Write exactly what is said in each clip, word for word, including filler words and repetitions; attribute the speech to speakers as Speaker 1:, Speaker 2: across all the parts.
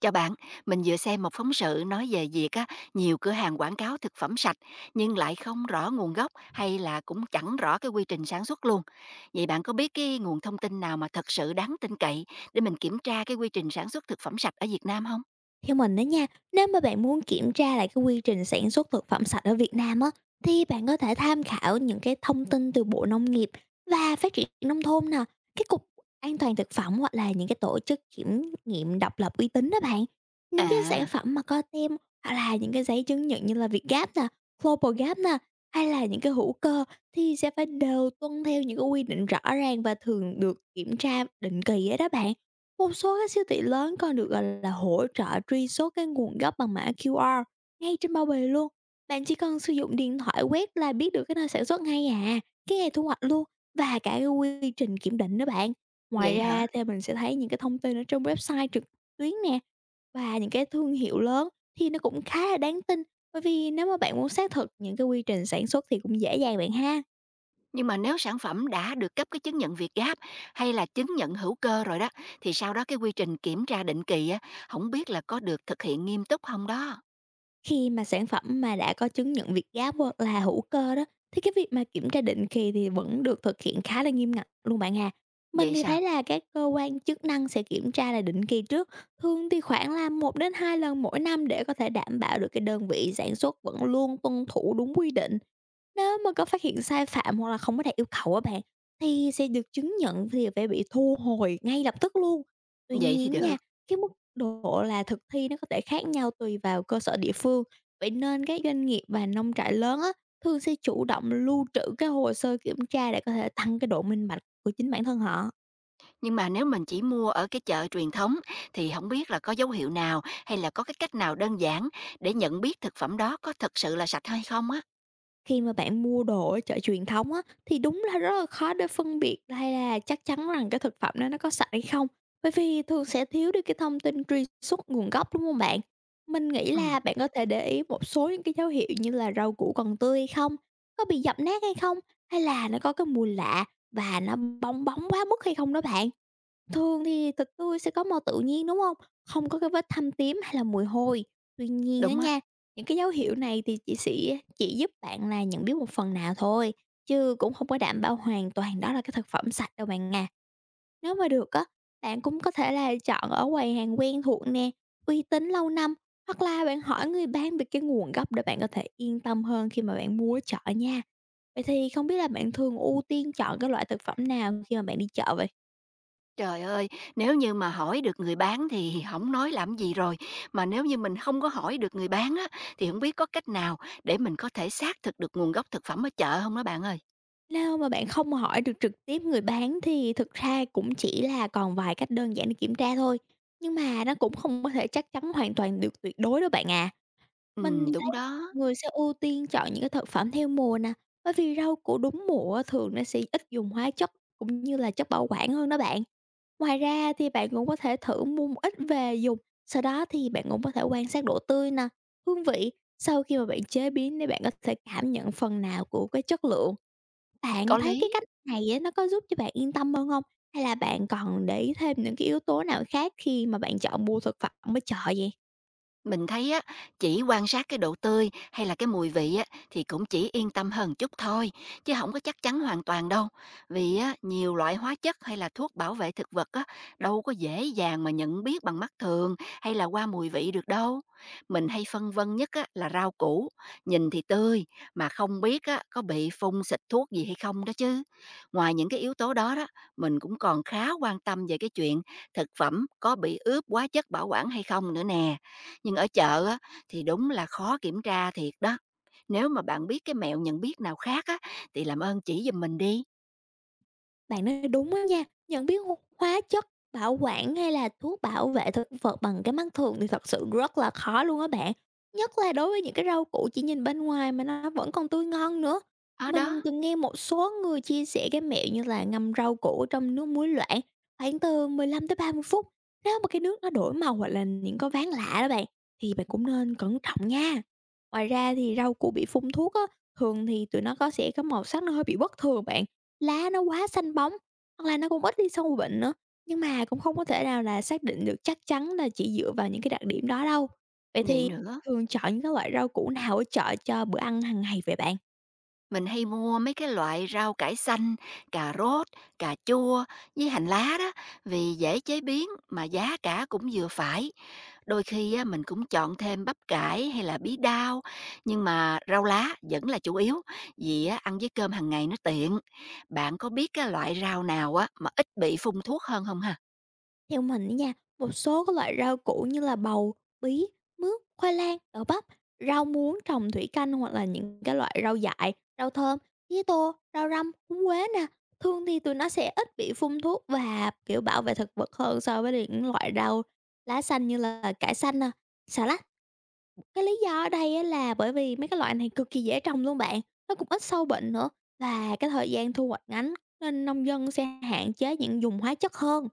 Speaker 1: Chào bạn, mình vừa xem một phóng sự nói về việc á, nhiều cửa hàng quảng cáo thực phẩm sạch nhưng lại không rõ nguồn gốc hay là cũng chẳng rõ cái quy trình sản xuất luôn. Vậy bạn có biết cái nguồn thông tin nào mà thật sự đáng tin cậy để mình kiểm tra cái quy trình sản xuất thực phẩm sạch ở Việt Nam không?
Speaker 2: Theo mình đó nha, nếu mà bạn muốn kiểm tra lại cái quy trình sản xuất thực phẩm sạch ở Việt Nam á, thì bạn có thể tham khảo những cái thông tin từ Bộ Nông nghiệp và Phát triển Nông thôn nè, cái Cục An toàn Thực phẩm hoặc là những cái tổ chức kiểm nghiệm độc lập uy tín đó bạn. Những cái sản
Speaker 1: À,
Speaker 2: phẩm mà có tem hoặc là những cái giấy chứng nhận như là Việt Gáp nè, Global Gap nè, hay là những cái hữu cơ thì sẽ phải đều tuân theo những cái quy định rõ ràng và thường được kiểm tra định kỳ đó, đó bạn. Một số các siêu thị lớn còn được, gọi là, hỗ trợ truy xuất cái nguồn gốc bằng mã quy rờ ngay trên bao bì luôn. Bạn chỉ cần sử dụng điện thoại quét là biết được cái nơi sản xuất ngay à, cái ngày thu hoạch luôn và cả cái quy trình kiểm định nữa bạn. Ngoài
Speaker 1: vậy
Speaker 2: ra
Speaker 1: hả?
Speaker 2: thì mình sẽ thấy những cái thông tin ở trong website trực tuyến nè, và những cái thương hiệu lớn thì nó cũng khá là đáng tin, bởi vì nếu mà bạn muốn xác thực những cái quy trình sản xuất thì cũng dễ dàng bạn ha.
Speaker 1: Nhưng mà nếu sản phẩm đã được cấp cái chứng nhận Việt Gáp hay là chứng nhận hữu cơ rồi đó thì sau đó cái quy trình kiểm tra định kỳ á không biết là có được thực hiện nghiêm túc không đó.
Speaker 2: Khi mà sản phẩm mà đã có chứng nhận Việt Gáp hoặc là hữu cơ đó, thì cái việc mà kiểm tra định kỳ thì vẫn được thực hiện khá là nghiêm ngặt luôn bạn à. Mình
Speaker 1: Vậy
Speaker 2: thì
Speaker 1: sao?
Speaker 2: thấy là các cơ quan chức năng sẽ kiểm tra là định kỳ trước, thường thì khoảng là một đến hai lần mỗi năm, để có thể đảm bảo được cái đơn vị sản xuất vẫn luôn tuân thủ đúng quy định. Nếu mà có phát hiện sai phạm hoặc là không có đạt yêu cầu á bạn, thì sẽ được chứng nhận thì phải bị thu hồi ngay lập tức luôn. Tuy
Speaker 1: Vậy thì
Speaker 2: nhiên
Speaker 1: được.
Speaker 2: nha, cái mức độ là thực thi nó có thể khác nhau tùy vào cơ sở địa phương. Vậy nên các doanh nghiệp và nông trại lớn á, thường sẽ chủ động lưu trữ cái hồ sơ kiểm tra để có thể tăng cái độ minh bạch của chính bản thân họ.
Speaker 1: Nhưng mà nếu mình chỉ mua ở cái chợ truyền thống thì không biết là có dấu hiệu nào hay là có cái cách nào đơn giản để nhận biết thực phẩm đó có thực sự là sạch hay không á?
Speaker 2: Khi mà bạn mua đồ ở chợ truyền thống á, thì đúng là rất là khó để phân biệt hay là chắc chắn rằng cái thực phẩm đó nó có sạch hay không, bởi vì thường sẽ thiếu đi cái thông tin truy xuất nguồn gốc, đúng không bạn? Mình nghĩ
Speaker 1: Ừm,
Speaker 2: là bạn có thể để ý một số những cái dấu hiệu như là rau củ còn tươi hay không, có bị dập nát hay không, hay là nó có cái mùi lạ và nó bong bóng quá mức hay không đó bạn. Thường thì thịt tươi sẽ có màu tự nhiên, đúng không? Không có cái vết thâm tím hay là mùi hôi. Tuy nhiên á
Speaker 1: đúng á.
Speaker 2: nha, những cái dấu hiệu này thì chỉ sẽ chỉ giúp bạn là nhận biết một phần nào thôi, chứ cũng không có đảm bảo hoàn toàn đó là cái thực phẩm sạch đâu bạn à. Nếu mà được á, bạn cũng có thể là chọn ở quầy hàng quen thuộc nè, uy tín lâu năm, hoặc là bạn hỏi người bán về cái nguồn gốc để bạn có thể yên tâm hơn khi mà bạn mua ở chợ nha. Vậy thì không biết là bạn thường ưu tiên chọn cái loại thực phẩm nào khi mà bạn đi chợ vậy?
Speaker 1: Trời ơi, nếu như mà hỏi được người bán thì không nói làm gì rồi, mà nếu như mình không có hỏi được người bán á, thì không biết có cách nào để mình có thể xác thực được nguồn gốc thực phẩm ở chợ không đó bạn ơi?
Speaker 2: Nếu mà bạn không hỏi được trực tiếp người bán thì thực ra cũng chỉ là còn vài cách đơn giản để kiểm tra thôi, nhưng mà nó cũng không có thể chắc chắn hoàn toàn được tuyệt đối đâu bạn à. Mình
Speaker 1: Ừm,
Speaker 2: thì
Speaker 1: đúng
Speaker 2: thấy
Speaker 1: đó,
Speaker 2: người sẽ ưu tiên chọn những cái thực phẩm theo mùa nè, bởi vì rau củ đúng mùa thường nó sẽ ít dùng hóa chất cũng như là chất bảo quản hơn đó bạn. Ngoài ra thì bạn cũng có thể thử mua một ít về dùng, sau đó thì bạn cũng có thể quan sát độ tươi nè, hương vị sau khi mà bạn chế biến, để bạn có thể cảm nhận phần nào của cái chất lượng. Bạn
Speaker 1: có
Speaker 2: thấy cái
Speaker 1: lý.
Speaker 2: cách này á, nó có giúp cho bạn yên tâm hơn hông? Hay là bạn còn để ý thêm những cái yếu tố nào khác khi mà bạn chọn mua thực phẩm ở chợ vậy?
Speaker 1: Mình thấy á, chỉ quan sát cái độ tươi hay là cái mùi vị á, thì cũng chỉ yên tâm hơn chút thôi, chứ không có chắc chắn hoàn toàn đâu. Vì á, nhiều loại hóa chất hay là thuốc bảo vệ thực vật á, đâu có dễ dàng mà nhận biết bằng mắt thường hay là qua mùi vị được đâu. Mình hay phân vân nhất á, là rau củ, nhìn thì tươi mà không biết á, có bị phun xịt thuốc gì hay không đó chứ. Ngoài những cái yếu tố đó đó, mình cũng còn khá quan tâm về cái chuyện thực phẩm có bị ướp hóa chất bảo quản hay không nữa nè, nhưng ở chợ á, thì đúng là khó kiểm tra thiệt đó. Nếu mà bạn biết cái mẹo nhận biết nào khác á, thì làm ơn chỉ giùm mình đi.
Speaker 2: Bạn nói đúng á nha, nhận biết ho hóa chất bảo quản hay là thuốc bảo vệ thực vật bằng cái mắt thường thì thật sự rất là khó luôn á bạn. Nhất là đối với những cái rau củ chỉ nhìn bên ngoài mà nó vẫn còn tươi ngon nữa.
Speaker 1: Ở đó,
Speaker 2: Mình từng nghe một số người chia sẻ cái mẹo như là ngâm rau củ trong nước muối loãng khoảng từ mười lăm tới ba mươi phút. Nếu mà cái nước nó đổi màu hoặc là những có ván lạ đó bạn, thì bạn cũng nên cẩn trọng nha. Ngoài ra thì rau củ bị phun thuốc á, thường thì tụi nó có sẽ có màu sắc nó hơi bị bất thường bạn. Lá nó quá xanh bóng, hoặc là nó cũng ít đi sâu bệnh nữa, nhưng mà cũng không có thể nào là xác định được chắc chắn là chỉ dựa vào những cái đặc điểm đó đâu. Vậy
Speaker 1: vậy
Speaker 2: thì
Speaker 1: nữa.
Speaker 2: thường chọn những cái loại rau củ nào ở chợ cho bữa ăn hàng ngày vậy bạn?
Speaker 1: Mình hay mua mấy cái loại rau cải xanh, cà rốt, cà chua với hành lá đó vì dễ chế biến mà giá cả cũng vừa phải. Đôi khi á, mình cũng chọn thêm bắp cải hay là bí đao, nhưng mà rau lá vẫn là chủ yếu vì á, ăn với cơm hàng ngày nó tiện. Bạn có biết cái loại rau nào á, mà ít bị phun thuốc hơn không ha?
Speaker 2: Theo mình á nha, một số các loại rau củ như là bầu, bí, mướp, khoai lang, đậu bắp, rau muống trồng thủy canh, hoặc là những cái loại rau dại, rau thơm, tía tô, rau răm, húng quế nè. Thường thì tụi nó sẽ ít bị phun thuốc và kiểu bảo vệ thực vật hơn so với những loại rau lá xanh như là cải xanh nè, xà lách. Cái lý do ở đây á là bởi vì mấy cái loại này cực kỳ dễ trồng luôn bạn, nó cũng ít sâu bệnh nữa, và cái thời gian thu hoạch ngắn nên nông dân sẽ hạn chế những dùng hóa chất hơn.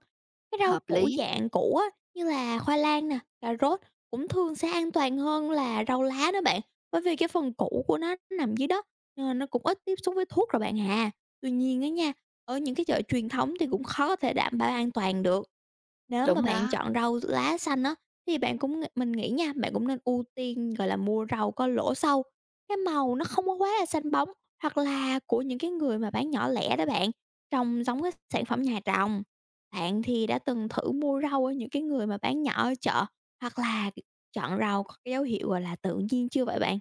Speaker 2: Cái rau
Speaker 1: Hợp
Speaker 2: củ
Speaker 1: lý,
Speaker 2: dạng củ á, như là khoai lang nè, cà rốt, cũng thường sẽ an toàn hơn là rau lá nữa bạn, bởi vì cái phần củ của nó nằm dưới đất nên nó cũng ít tiếp xúc với thuốc rồi bạn à. Tuy nhiên á nha, ở những cái chợ truyền thống thì cũng khó có thể đảm bảo an toàn được. Nếu mà
Speaker 1: đúng
Speaker 2: bạn
Speaker 1: đó.
Speaker 2: chọn rau lá xanh á thì bạn cũng ng mình nghĩ nha, bạn cũng nên ưu tiên, gọi là, mua rau có lỗ sâu, cái màu nó không có quá là xanh bóng, hoặc là của những cái người mà bán nhỏ lẻ đó bạn, trồng giống cái sản phẩm nhà trồng. Bạn thì đã từng thử mua rau ở những cái người mà bán nhỏ ở chợ, hoặc là chọn rau có cái dấu hiệu, gọi là, tự nhiên chưa vậy bạn?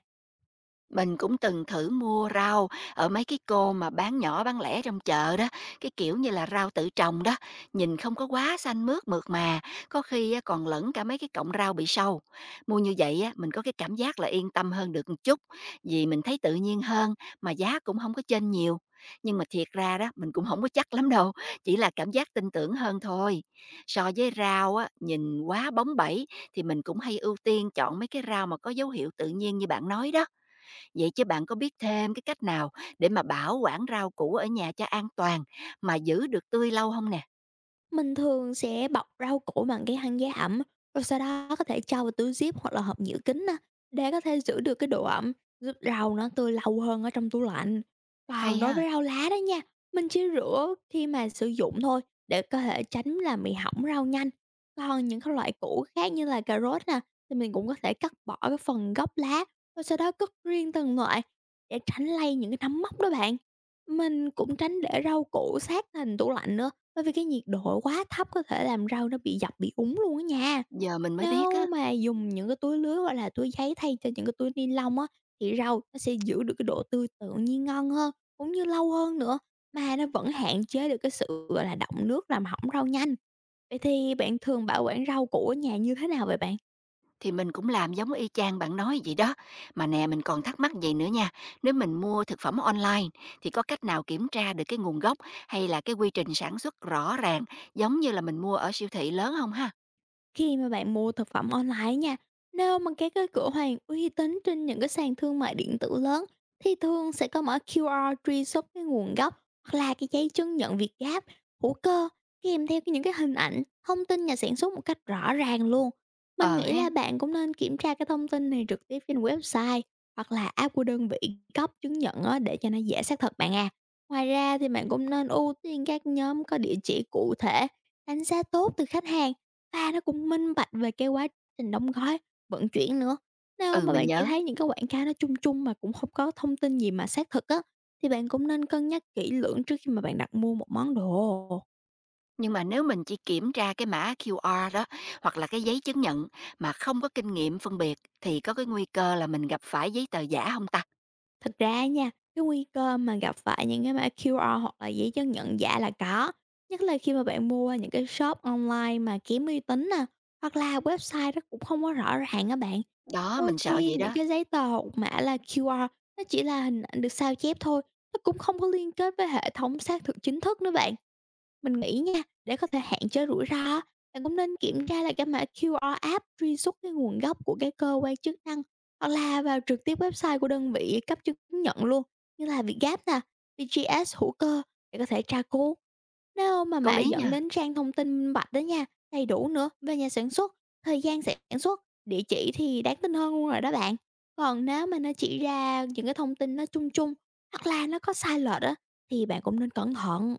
Speaker 1: Mình cũng từng thử mua rau ở mấy cái cô mà bán nhỏ bán lẻ trong chợ đó, cái kiểu như là rau tự trồng đó, nhìn không có quá xanh mướt mượt mà, có khi á, còn lẫn cả mấy cái cọng rau bị sâu. Mua như vậy á, mình có cái cảm giác là yên tâm hơn được một chút, vì mình thấy tự nhiên hơn mà giá cũng không có chênh nhiều. Nhưng mà thiệt ra đó, mình cũng không có chắc lắm đâu, chỉ là cảm giác tin tưởng hơn thôi. So với rau á, nhìn quá bóng bẩy thì mình cũng hay ưu tiên chọn mấy cái rau mà có dấu hiệu tự nhiên như bạn nói đó. Vậy chứ bạn có biết thêm cái cách nào để mà bảo quản rau củ ở nhà cho an toàn mà giữ được tươi lâu không nè?
Speaker 2: Mình thường sẽ bọc rau củ bằng cái khăn giấy ẩm, rồi sau đó có thể cho vào túi zip hoặc là hộp nhựa kính á, để có thể giữ được cái độ ẩm, giúp rau nó tươi lâu hơn ở trong tủ lạnh. Còn
Speaker 1: Hay
Speaker 2: đối với
Speaker 1: ha,
Speaker 2: rau lá đó nha, mình chỉ rửa khi mà sử dụng thôi, để có thể tránh là bị hỏng rau nhanh. Còn những cái loại củ khác như là cà rốt nè, thì mình cũng có thể cắt bỏ cái phần gốc lá, rồi sau đó cất riêng từng loại để tránh lây những cái nấm mốc đó bạn. Mình cũng tránh để rau củ sát thành tủ lạnh nữa, bởi vì cái nhiệt độ quá thấp có thể làm rau nó bị dập, bị úng luôn á nha.
Speaker 1: giờ mình mới biết á,
Speaker 2: Nếu mà dùng những cái túi lưới hoặc là túi giấy thay cho những cái túi ni lông á, thì rau nó sẽ giữ được cái độ tươi tự nhiên ngon hơn, cũng như lâu hơn nữa, mà nó vẫn hạn chế được cái sự, gọi là, động nước làm hỏng rau nhanh. Vậy thì bạn thường bảo quản rau củ ở nhà như thế nào vậy bạn?
Speaker 1: thì mình cũng làm giống y chang bạn nói vậy đó. Mà nè, mình còn thắc mắc vậy nữa nha, nếu mình mua thực phẩm online thì có cách nào kiểm tra được cái nguồn gốc hay là cái quy trình sản xuất rõ ràng giống như là mình mua ở siêu thị lớn không ha?
Speaker 2: Khi mà bạn mua thực phẩm online nha, nếu mà các cái cửa hàng uy tín trên những cái sàn thương mại điện tử lớn thì thường sẽ có mở quy rờ truy xuất cái nguồn gốc, hoặc là cái giấy chứng nhận Việt Gáp, hữu cơ, kèm theo cái- những cái hình ảnh, thông tin nhà sản xuất một cách rõ ràng luôn. Mình
Speaker 1: Ờ
Speaker 2: nghĩ là
Speaker 1: hen,
Speaker 2: bạn cũng nên kiểm tra cái thông tin này trực tiếp trên website hoặc là app của đơn vị cấp chứng nhận á, để cho nó dễ xác thực bạn à. Ngoài ra thì bạn cũng nên ưu tiên các nhóm có địa chỉ cụ thể, đánh giá tốt từ khách hàng và nó cũng minh bạch về cái quá trình đóng gói, vận chuyển nữa. Nếu
Speaker 1: ừ,
Speaker 2: mà
Speaker 1: mình
Speaker 2: bạn chỉ
Speaker 1: nhớ.
Speaker 2: thấy những cái quảng cáo nó chung chung mà cũng không có thông tin gì mà xác thực á, thì bạn cũng nên cân nhắc kỹ lưỡng trước khi mà bạn đặt mua một món đồ.
Speaker 1: Nhưng mà nếu mình chỉ kiểm tra cái mã ku a đó hoặc là cái giấy chứng nhận mà không có kinh nghiệm phân biệt thì có cái nguy cơ là mình gặp phải giấy tờ giả không ta?
Speaker 2: Thật ra nha, cái nguy cơ mà gặp phải những cái mã quy rờ hoặc là giấy chứng nhận giả là có, nhất là khi mà bạn mua những cái shop online mà kém uy tín nè, hoặc là website nó cũng không có rõ ràng á bạn.
Speaker 1: Đó,
Speaker 2: Đôi
Speaker 1: mình sợ
Speaker 2: khi
Speaker 1: vậy
Speaker 2: những
Speaker 1: đó.
Speaker 2: cái giấy tờ hoặc mã là kiu a nó chỉ là hình ảnh được sao chép thôi, nó cũng không có liên kết với hệ thống xác thực chính thức nữa bạn. Mình nghĩ nha, để có thể hạn chế rủi ro, bạn cũng nên kiểm tra lại cái mã kiu a app truy xuất cái nguồn gốc của cái cơ quan chức năng, hoặc là vào trực tiếp website của đơn vị cấp chứng nhận luôn, như là Vietgap nè, vi gi ét hữu cơ, để có thể tra cứu. Nếu mà
Speaker 1: Có
Speaker 2: bạn
Speaker 1: lý
Speaker 2: dẫn
Speaker 1: nha.
Speaker 2: đến trang thông tin minh bạch đó nha, đầy đủ nữa về nhà sản xuất, thời gian sản xuất, địa chỉ, thì đáng tin hơn luôn rồi đó bạn. Còn nếu mà nó chỉ ra những cái thông tin nó chung chung hoặc là nó có sai lệch á, thì bạn cũng nên cẩn thận.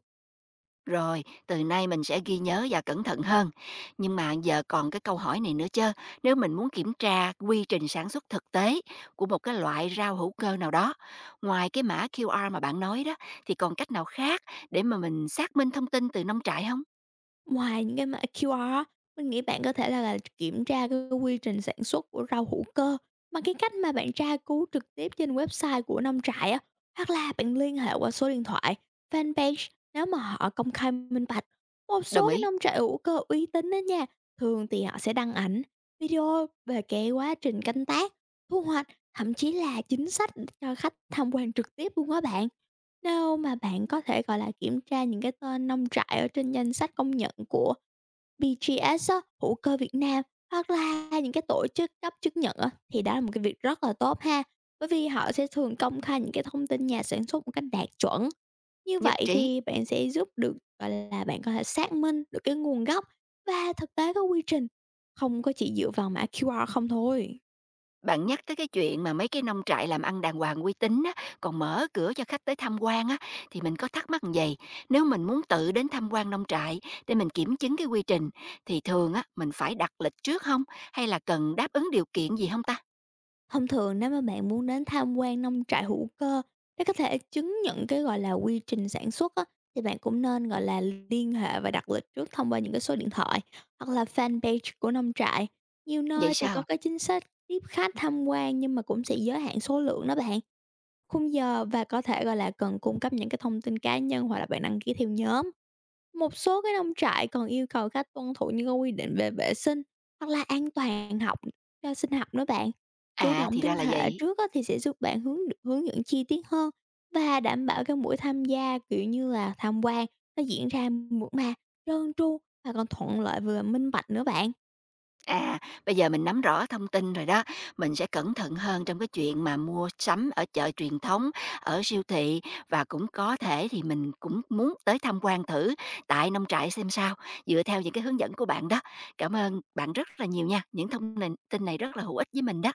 Speaker 1: Rồi, từ nay mình sẽ ghi nhớ và cẩn thận hơn. Nhưng mà giờ còn cái câu hỏi này nữa chớ, nếu mình muốn kiểm tra quy trình sản xuất thực tế của một cái loại rau hữu cơ nào đó, ngoài cái mã quy rờ mà bạn nói đó thì còn cách nào khác để mà mình xác minh thông tin từ nông trại không?
Speaker 2: Ngoài những cái mã quy rờ á, mình nghĩ bạn có thể là là kiểm tra cái quy trình sản xuất của rau hữu cơ bằng cái cách mà bạn tra cứu trực tiếp trên website của nông trại á, hoặc là bạn liên hệ qua số điện thoại, fanpage, nếu mà họ công khai minh bạch. Một
Speaker 1: Đồng
Speaker 2: số cái
Speaker 1: ý,
Speaker 2: nông trại hữu cơ uy tín đó nha, thường thì họ sẽ đăng ảnh, video về cái quá trình canh tác, thu hoạch, thậm chí là chính sách cho khách tham quan trực tiếp luôn á bạn. Đâu mà bạn có thể, gọi là, kiểm tra những cái tên nông trại ở trên danh sách công nhận của bê giê ét á, hữu cơ Việt Nam, hoặc là những cái tổ chức cấp chứng nhận á, thì đó là một cái việc rất là tốt ha, bởi vì họ sẽ thường công khai những cái thông tin nhà sản xuất một cách đạt chuẩn. Như
Speaker 1: nhất
Speaker 2: vậy
Speaker 1: trí.
Speaker 2: thì bạn sẽ giúp được, gọi là, bạn có thể xác minh được cái nguồn gốc và thực tế cái quy trình, không có chỉ dựa vào mã quy rờ không thôi.
Speaker 1: Bạn nhắc tới cái chuyện mà mấy cái nông trại làm ăn đàng hoàng uy tín á, còn mở cửa cho khách tới tham quan á, thì mình có thắc mắc vầy, nếu mình muốn tự đến tham quan nông trại để mình kiểm chứng cái quy trình, thì thường á, mình phải đặt lịch trước không? Hay là cần đáp ứng điều kiện gì không ta?
Speaker 2: Thông thường nếu mà bạn muốn đến tham quan nông trại hữu cơ để có thể chứng nhận cái, gọi là, quy trình sản xuất á, thì bạn cũng nên, gọi là, liên hệ và đặt lịch trước thông qua những cái số điện thoại hoặc là fanpage của nông trại. Nhiều
Speaker 1: Vậy
Speaker 2: nơi thì có
Speaker 1: sao?
Speaker 2: cái chính sách tiếp khách tham quan nhưng mà cũng sẽ giới hạn số lượng đó bạn, khung giờ, và có thể, gọi là, cần cung cấp những cái thông tin cá nhân hoặc là bạn đăng ký theo nhóm. Một số cái nông trại còn yêu cầu khách tuân thủ những cái quy định về vệ sinh hoặc là an toàn học cho sinh học nữa bạn. Chủ
Speaker 1: À,
Speaker 2: động
Speaker 1: thì ra
Speaker 2: liên
Speaker 1: là
Speaker 2: hệ
Speaker 1: vậy.
Speaker 2: trước á thì sẽ giúp bạn hướng được hướng dẫn chi tiết hơn và đảm bảo các buổi tham gia kiểu như là tham quan nó diễn ra mượt mà, trơn tru và còn thuận lợi vừa minh bạch nữa bạn.
Speaker 1: À, bây giờ mình nắm rõ thông tin rồi đó, mình sẽ cẩn thận hơn trong cái chuyện mà mua sắm ở chợ truyền thống, ở siêu thị và cũng có thể thì mình cũng muốn tới tham quan thử tại nông trại xem sao, dựa theo những cái hướng dẫn của bạn đó. Cảm ơn bạn rất là nhiều nha, những thông nền tin này rất là hữu ích với mình đó.